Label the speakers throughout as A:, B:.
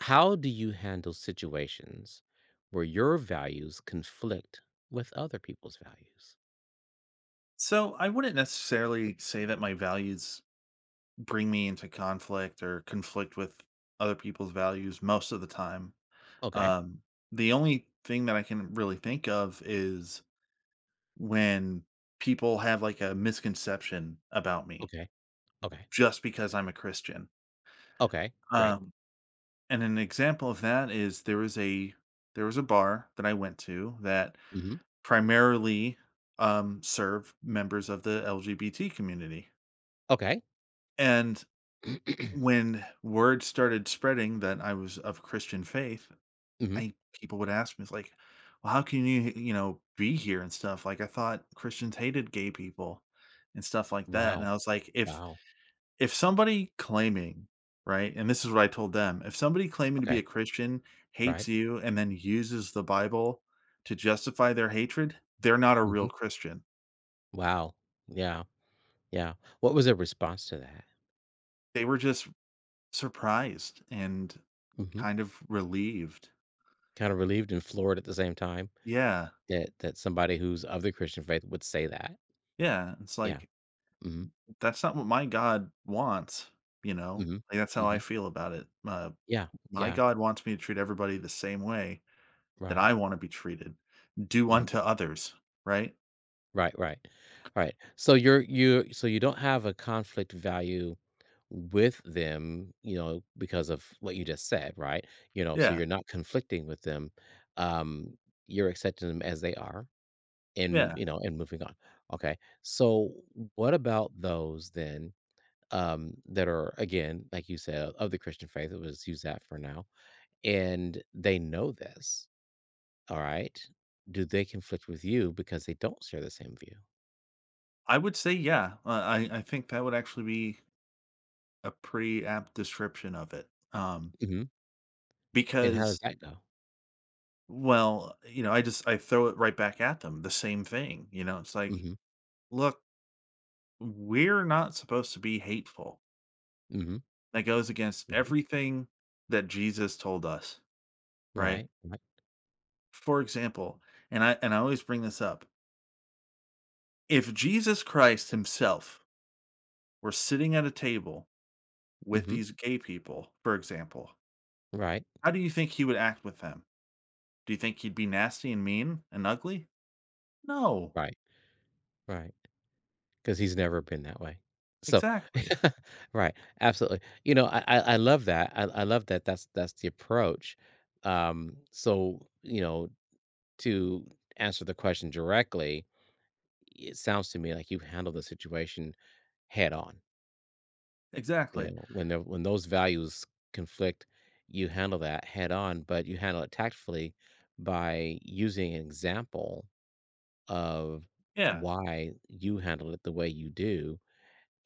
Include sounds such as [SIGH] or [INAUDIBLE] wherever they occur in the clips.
A: How do you handle situations where your values conflict with other people's values?
B: So I wouldn't necessarily say that my values bring me into conflict or conflict with other people's values most of the time.
A: Okay.
B: Um, the only thing that I can really think of is when people have like a misconception about me
A: Okay. Okay.
B: just because I'm a Christian.
A: Okay. Great.
B: Um, and an example of that is there was a bar that I went to that
A: Hmm
B: primarily served members of the LGBT community,
A: Okay.
B: and
A: [CLEARS THROAT]
B: when word started spreading that I was of Christian faith,
A: hmm
B: I people would ask me, it's like, well, how can you, you know, be here and stuff? Like I thought Christians hated gay people and stuff like that. And
A: Wow.
B: I was like, if
A: Wow.
B: if somebody claiming, right, and this is what I told them, if somebody claiming to be
A: Okay.
B: a Christian hates
A: Right.
B: you and then uses the Bible to justify their hatred, they're not a real
A: hmm
B: Christian.
A: Wow. Yeah. Yeah. What was their response to that?
B: They were just surprised and
A: Hmm
B: kind of relieved.
A: Kind of relieved and floored at the same time
B: Yeah.
A: that that somebody who's of the Christian faith would say that.
B: Yeah. It's
A: Yeah.
B: like
A: hmm
B: that's not what my God wants, you know?
A: hmm
B: Like, that's how I
A: hmm
B: feel about it.
A: Yeah.
B: My
A: Yeah.
B: God wants me to treat everybody the same way that
A: Right.
B: I wanna be treated. Do
A: Mm-hmm.
B: unto others, right?
A: Right, right. Alright, so you're you so you don't have a conflict value with them, you know, because of what you just said, right? You know, so
B: Yeah,
A: you're not conflicting with them, um, you're accepting them as they are and,
B: yeah.
A: you know, and moving on. Okay, so what about those then, that are, again, like you said, of the Christian faith? Let's just use that for now, and they know this, alright? Do they conflict with you because they don't share the same view?
B: I would say, yeah. I think that would actually be a pretty apt description of it,
A: Mhm. And how
B: because
A: does that go?
B: well, you know, I just I throw it right back at them, the same thing, you know? It's like,
A: Mhm,
B: "Look, we're not supposed to be hateful."
A: mhm,
B: That goes against
A: mhm,
B: everything that Jesus told us. Right?
A: right, right,
B: For example, and I always bring this up. If Jesus Christ himself were sitting at a table with
A: mhm,
B: these gay people, for example,
A: right,
B: how do you think he would act with them? Do you think he'd be nasty and mean and ugly? No.
A: right, Right. Because he's never been that way. So
B: Exactly.
A: [LAUGHS] right, absolutely. You know, I love that, I love that that's the approach. So, you know, to answer the question directly, it sounds to me like you've handled the situation head on. You
B: Exactly.
A: know, when those values conflict, you handle that head on, but you handle it tactfully by using an example of
B: Yeah,
A: why you handle it the way you do,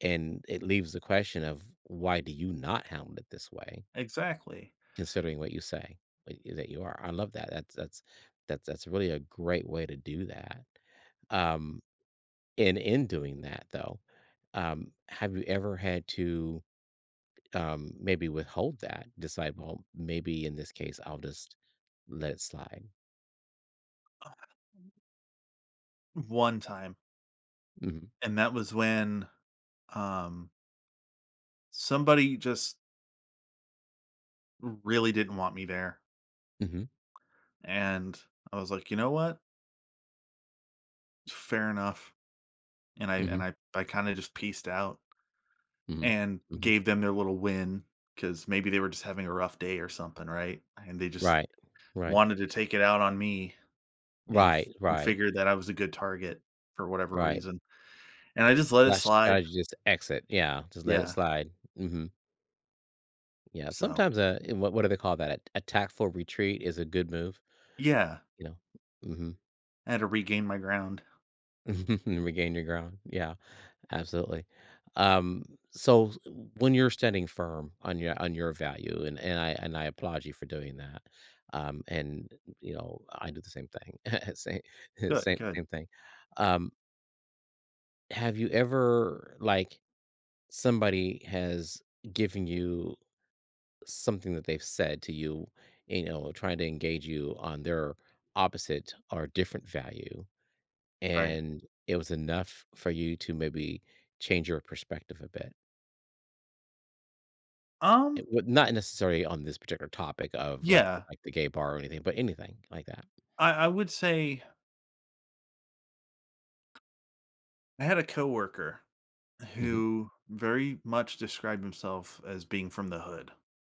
A: and it leaves the question of why do you not handle it this way,
B: exactly.
A: considering what you say like, that you are. I love that. That's really a great way to do that. Um, and in doing that, though, have you ever had to maybe withhold that? Decide, well, maybe in this case, I'll just let it slide.
B: One time,
A: Hmm
B: and that was when um somebody just really didn't want me there,
A: hmm
B: and I was like, "You know what? Fair enough." And I
A: hmm
B: and I I kinda just pieced out
A: hmm
B: and
A: hmm
B: gave them their little win because maybe they were just having a rough day or something, right? And they just
A: Right. Right.
B: wanted to take it out on me and f
A: Right.
B: and
A: Right.
B: figured that I was a good target for whatever
A: Right.
B: reason. And I just let it
A: Less
B: slide.
A: strategy, just exit. Yeah, just let it
B: Yeah.
A: slide. Mhm. Yeah,
B: So
A: sometimes, what do they call that? A tactful retreat is a good move,
B: yeah,
A: you know? Mhm.
B: I had to regain my ground.
A: [LAUGHS] Regain your ground. Yeah, absolutely. Um, so s When you're standing firm on your value, and I applaud you for doing that, and, you know, I do the same thing. [LAUGHS] Same
B: Good,
A: same
B: good.
A: same thing. Um, have you ever like, somebody has given you something that they've said to you, you know, trying to engage you on their opposite or different value,
B: Right.
A: and it was enough for you to maybe change your perspective a bit. It
B: Um,
A: would not necessarily on this particular topic of like the,
B: yeah.
A: like the gay bar or anything, but anything like that.
B: I would say I had a coworker
A: Hmm
B: who very much described himself as being from the hood,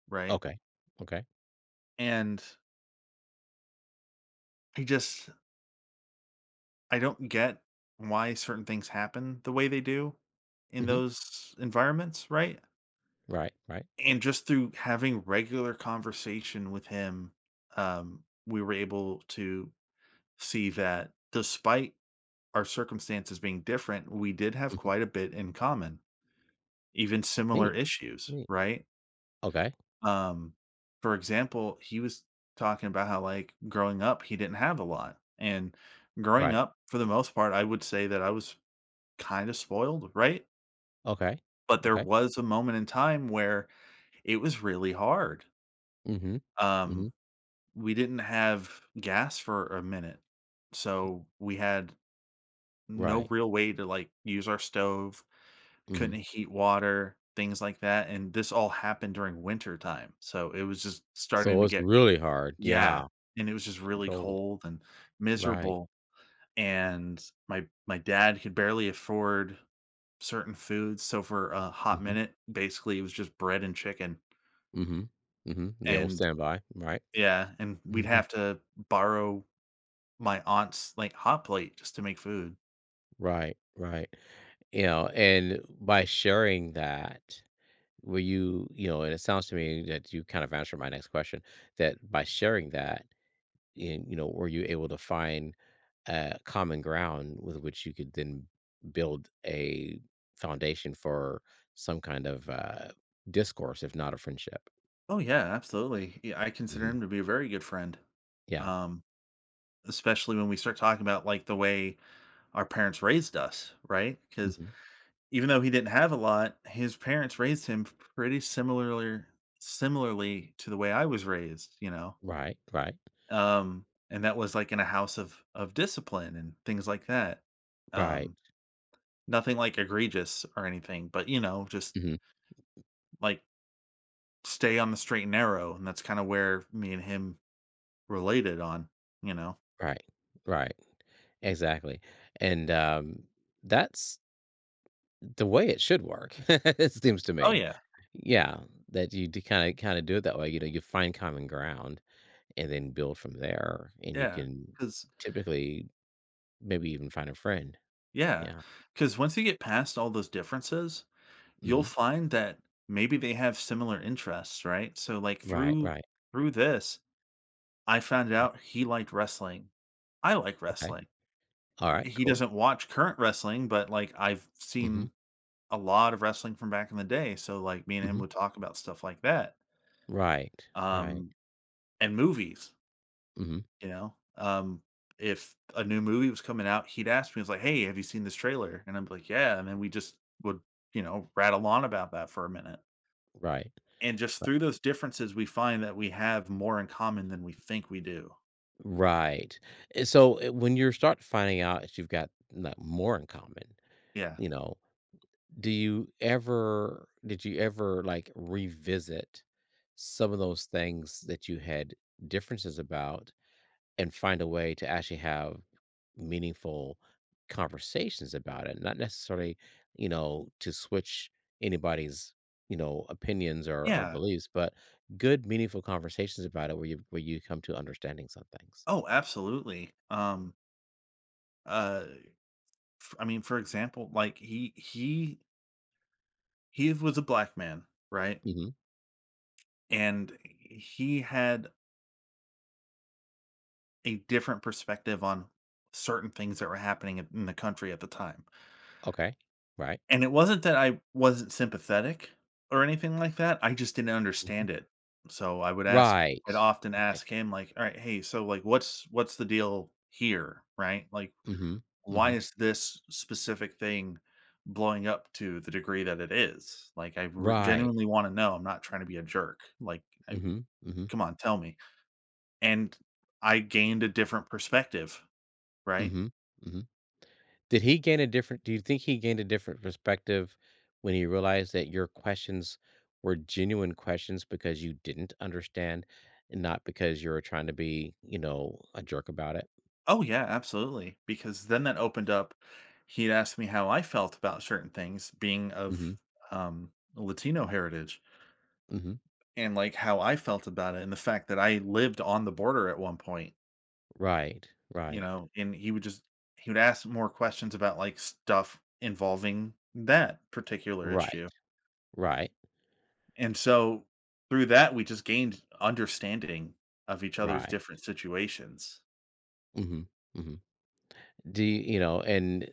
B: right?
A: Okay, okay,
B: And I just I don't get why certain things happen the way they do in
A: hmm
B: those environments, right?
A: right, right,
B: And just through having regular conversation with him, we were able to see that despite our circumstances being different, we did have
A: hmm
B: quite a bit in common, even similar
A: neat,
B: issues,
A: neat.
B: right?
A: Okay,
B: Um, for example, he was talking about how like growing up he didn't have a lot. And growing
A: right,
B: up, for the most part, I would say that I was kinda spoiled, right?
A: okay,
B: But there
A: okay,
B: was a moment in time where it was really hard.
A: hmm
B: Um,
A: hmm
B: we didn't have gas for a minute, so we had no
A: right,
B: real way to, like, use our stove,
A: hmm
B: couldn't heat water, things like that, and this all happened during winter time, so it was just starting
A: So
B: to
A: it's
B: get
A: really hard.
B: yeah,
A: Yeah,
B: and it was just
A: getting
B: really
A: cold.
B: cold and
A: Right.
B: miserable, and my dad could barely afford certain foods, so for a hot
A: hmm
B: minute, basically, it was just bread and chicken,
A: Mhm. Mhm. The old
B: and
A: standby, right?
B: yeah, and we'd
A: Mhm.
B: have to borrow my aunt's, like, hot plate just to make food.
A: Right, right. You know, and by sharing that, were you you know, and it sounds to me that you kind of answered my next question, that by sharing that, in you know, were you able to find a common ground with which you could then build a foundation for some kind of, discourse, if not a friendship?
B: Oh, yeah, absolutely, yeah, I consider
A: Mhm.
B: him to be a very good friend,
A: Yeah.
B: um, especially when we start talking about, like, the way our parents raised us, right? Because
A: Mhm.
B: even though he didn't have a lot, his parents raised him pretty similarly to the way I was raised, you know?
A: Right, right,
B: And that was, like, in a house of discipline and things like that.
A: right.
B: Um, Nothing, like, egregious or anything, but, you know, just,
A: Mhm.
B: like, stay on the straight and narrow, and that's kinda where me and him related on, you know?
A: Right, right. Exactly, and, that's the way it should work, [LAUGHS] it seems to
B: Oh,
A: me.
B: yeah.
A: Yeah, that you kinda do it that way, you know, you find common ground and then build from there, and you
B: Yeah,
A: can
B: because
A: typically maybe even find a friend,
B: yeah,
A: yeah,
B: because once you get past all those differences, you'll
A: mhm.
B: find that maybe they have similar interests, right? So, like,
A: Right,
B: through
A: right,
B: through this, I found
A: right,
B: out he liked wrestling. I like
A: okay,
B: wrestling.
A: alright,
B: He
A: cool,
B: doesn't watch current wrestling, but, like, I've
A: mhm,
B: seen a lot of wrestling from back in the day, so, like, me and him
A: mhm,
B: would talk about stuff like that,
A: right, right,
B: um, and movies,
A: mhm,
B: you know? If a new movie was coming out, he'd ask me, he's like, "Hey, have you seen this trailer?" And I'm like, "Yeah," and then we just would, you know, rattle on about that for a minute,
A: right,
B: and just through
A: right,
B: those differences, we find that we have more in common than we think we do.
A: right, and so, eh, when you start finding out that you've got, like, more in common,
B: Yeah.
A: you know Do you ever did you ever, like, revisit some of those things that you had differences about and find a way to actually have meaningful conversations about it? Not necessarily, you know, to switch anybody's, you know, opinions or
B: Yeah.
A: beliefs, but good, meaningful conversations about it where you come to understanding some things.
B: Oh, absolutely. Uh, f I mean, for example, like, he was a black man, right?
A: Mhm.
B: And he had a different perspective on certain things that were happening in the country at the time.
A: Okay. Right.
B: And it wasn't that I wasn't sympathetic or anything like that. I just didn't
A: Mhm.
B: understand it. So I would ask, I'd
A: Right.
B: often
A: Right.
B: ask him, like, all right, hey, so like what's the deal here? Right? Like,
A: Mhm.
B: why
A: Mhm.
B: is this specific thing blowing up to the degree that it is? Like,
A: Right.
B: genuinely want to know. I'm not trying to be a jerk. Like, I,
A: Mhm. Mhm.
B: come on, tell me. And I gained a different perspective, right?
A: Mhm, mhm. Did he gain a different Do you think he gained a different perspective when he realized that your questions were genuine questions because you didn't understand and not because you were trying to be, you know, a jerk about it?
B: Oh, yeah, absolutely, because then that opened up he'd asked me how I felt about certain things being of,
A: Mhm,
B: Latino heritage
A: mhm.
B: and, like, how I felt about it and the fact that I lived on the border at one point,
A: Right,
B: you
A: right,
B: know, and he would ask more questions about, like, stuff involving that particular
A: right,
B: issue.
A: right,
B: And so through that, we just gained understanding of each other's
A: right.
B: different situations.
A: Mhm, mhm. Do you you know, and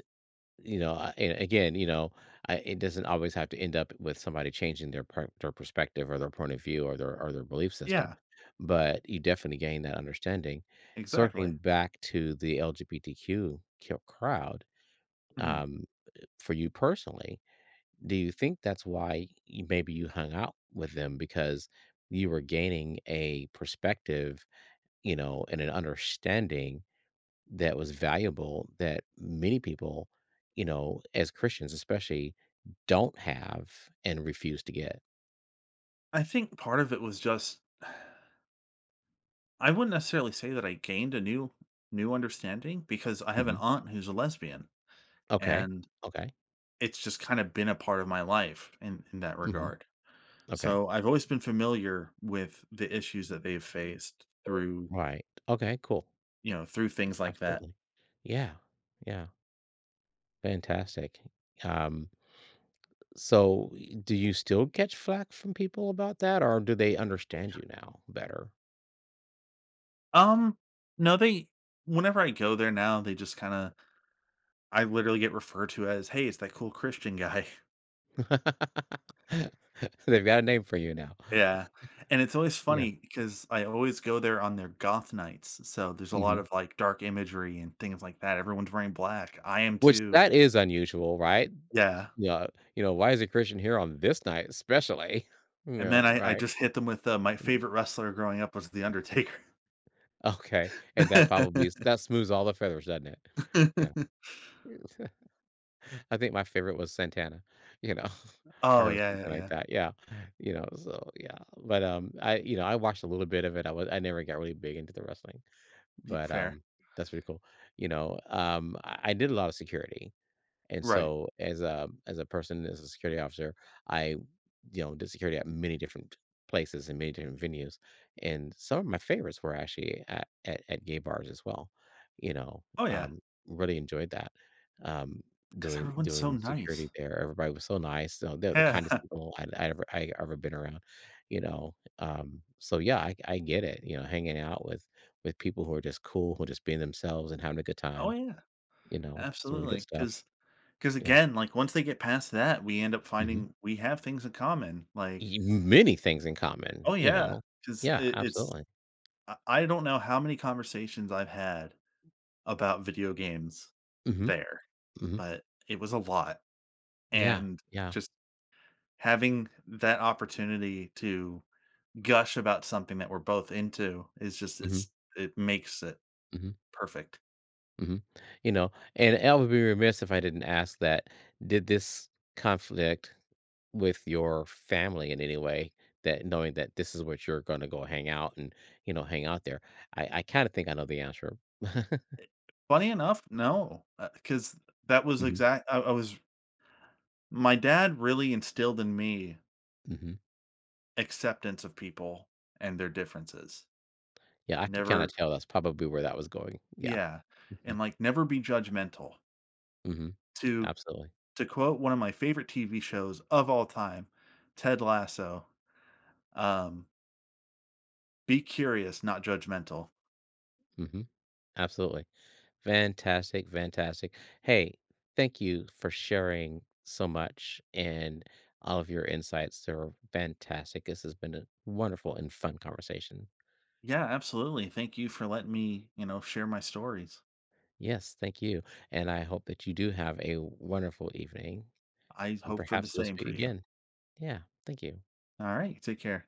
A: You know, I and again, you know, I it doesn't always have to end up with somebody changing their perspective or their point of view or their belief system,
B: Yeah.
A: but you definitely gain that understanding.
B: Exactly.
A: Circling back to the LGBTQ q crowd,
B: Mhm.
A: um, for you personally, do you think that's why you maybe you hung out with them because you were gaining a perspective, you know, and an understanding that was valuable that many people, you know, as Christians especially, don't have and refuse to get.
B: I think part of it was just I wouldn't necessarily say that I gained a new understanding because I have an
A: Mhm.
B: aunt who's a lesbian,
A: Okay.
B: and
A: Okay.
B: it's just kinda been a part of my life in that
A: Mhm.
B: regard.
A: Okay.
B: So, I've always been familiar with the issues that they've faced through,
A: Right. Okay, cool.
B: you know, through things like that.
A: Absolutely. Yeah. Yeah. Fantastic. Um, so y do you still catch flack from people about that, or do they understand you now better?
B: Um, no, they whenever I go there now, they just kinda I literally get referred to as, "Hey, it's that cool Christian guy."
A: [LAUGHS] They've got a name for you now.
B: Yeah, and it's always
A: Yeah.
B: funny because I always go there on their goth nights, so there's a lot
A: Mhm.
B: of, like, dark imagery and things like that, everyone's wearing black, I am
A: Which
B: too.
A: that is unusual, right?
B: Yeah,
A: Yeah, you know, why is a Christian here on this night especially? [LAUGHS] You
B: and then
A: know,
B: I
A: right,
B: just hit them with, my
A: right.
B: favorite wrestler growing up was The Undertaker.
A: Okay, and that probably s
B: [LAUGHS]
A: that smooths all the feathers, doesn't it? Yeah. [LAUGHS] I think my favorite was Santana, you know, [LAUGHS]
B: Oh,
A: or
B: yeah, yeah,
A: something like
B: yeah.
A: that, yeah, you know, so, yeah, but, I you know, I watched a little bit of it, I was I never got really big into the wrestling,
B: Y
A: but,
B: fair.
A: that's pretty cool, you know, I did a lot of security, and
B: Right.
A: so as a person, as a security officer, I you know, did security at many different places and many different venues. And some of my favorites were actually at, gay bars as well. You know,
B: Oh, yeah,
A: um, really enjoyed that. Um,
B: because everyone's so
A: doing security
B: nice.
A: there. Everybody was so nice. So they're the
B: Yeah.
A: kindest
B: [LAUGHS]
A: people I ever been around, you know. So yeah, I get it, you know, hanging out with people who are just cool, who are just being themselves and having a good
B: Oh,
A: time,
B: yeah,
A: you know, some really good
B: absolutely.
A: stuff.
B: Because
A: Yeah.
B: again, like, once they get past that, we end up
A: hmm
B: finding we have things in common, like
A: Many things in
B: oh,
A: common, you
B: yeah,
A: know.
B: 'cause
A: Yeah,
B: it it's
A: absolutely.
B: I don't know how many conversations I've had about video games
A: Mhm,
B: there,
A: mhm.
B: but it was a lot,
A: Yeah,
B: and
A: yeah.
B: just having that opportunity to gush about something that we're both into is just
A: Mhm,
B: it's it makes it
A: mhm,
B: perfect.
A: mhm. You know, and I would be remiss if I didn't ask that, did this conflict with your family in any way that knowing that this is what you're gonna go hang out and, you know, hang out there? I kinda think I know the answer. [LAUGHS]
B: Funny enough, no, because that was
A: Mhm,
B: exact I was my dad really instilled in me
A: mhm.
B: acceptance of people and their differences.
A: Yeah, I could kinda
B: Never
A: tell that's probably where that was going. Yeah.
B: yeah, and,
A: Mhm,
B: like, never be judgmental
A: mhm.
B: to
A: Absolutely.
B: To quote one of my favorite TV shows of all time, Ted Lasso, um, "Be curious, not judgmental."
A: Mhm. Absolutely. Fantastic, fantastic. Hey, thank you for sharing so much and all of your insights. They're fantastic. This has been a wonderful and fun conversation.
B: Yeah, absolutely. Thank you for letting me, you know, share my stories.
A: Yes, thank you. And I hope that you do have a wonderful evening.
B: I
A: And
B: hope for the
A: perhaps we'll
B: same
A: speak
B: for you.
A: again. Yeah, thank you.
B: All right, take care.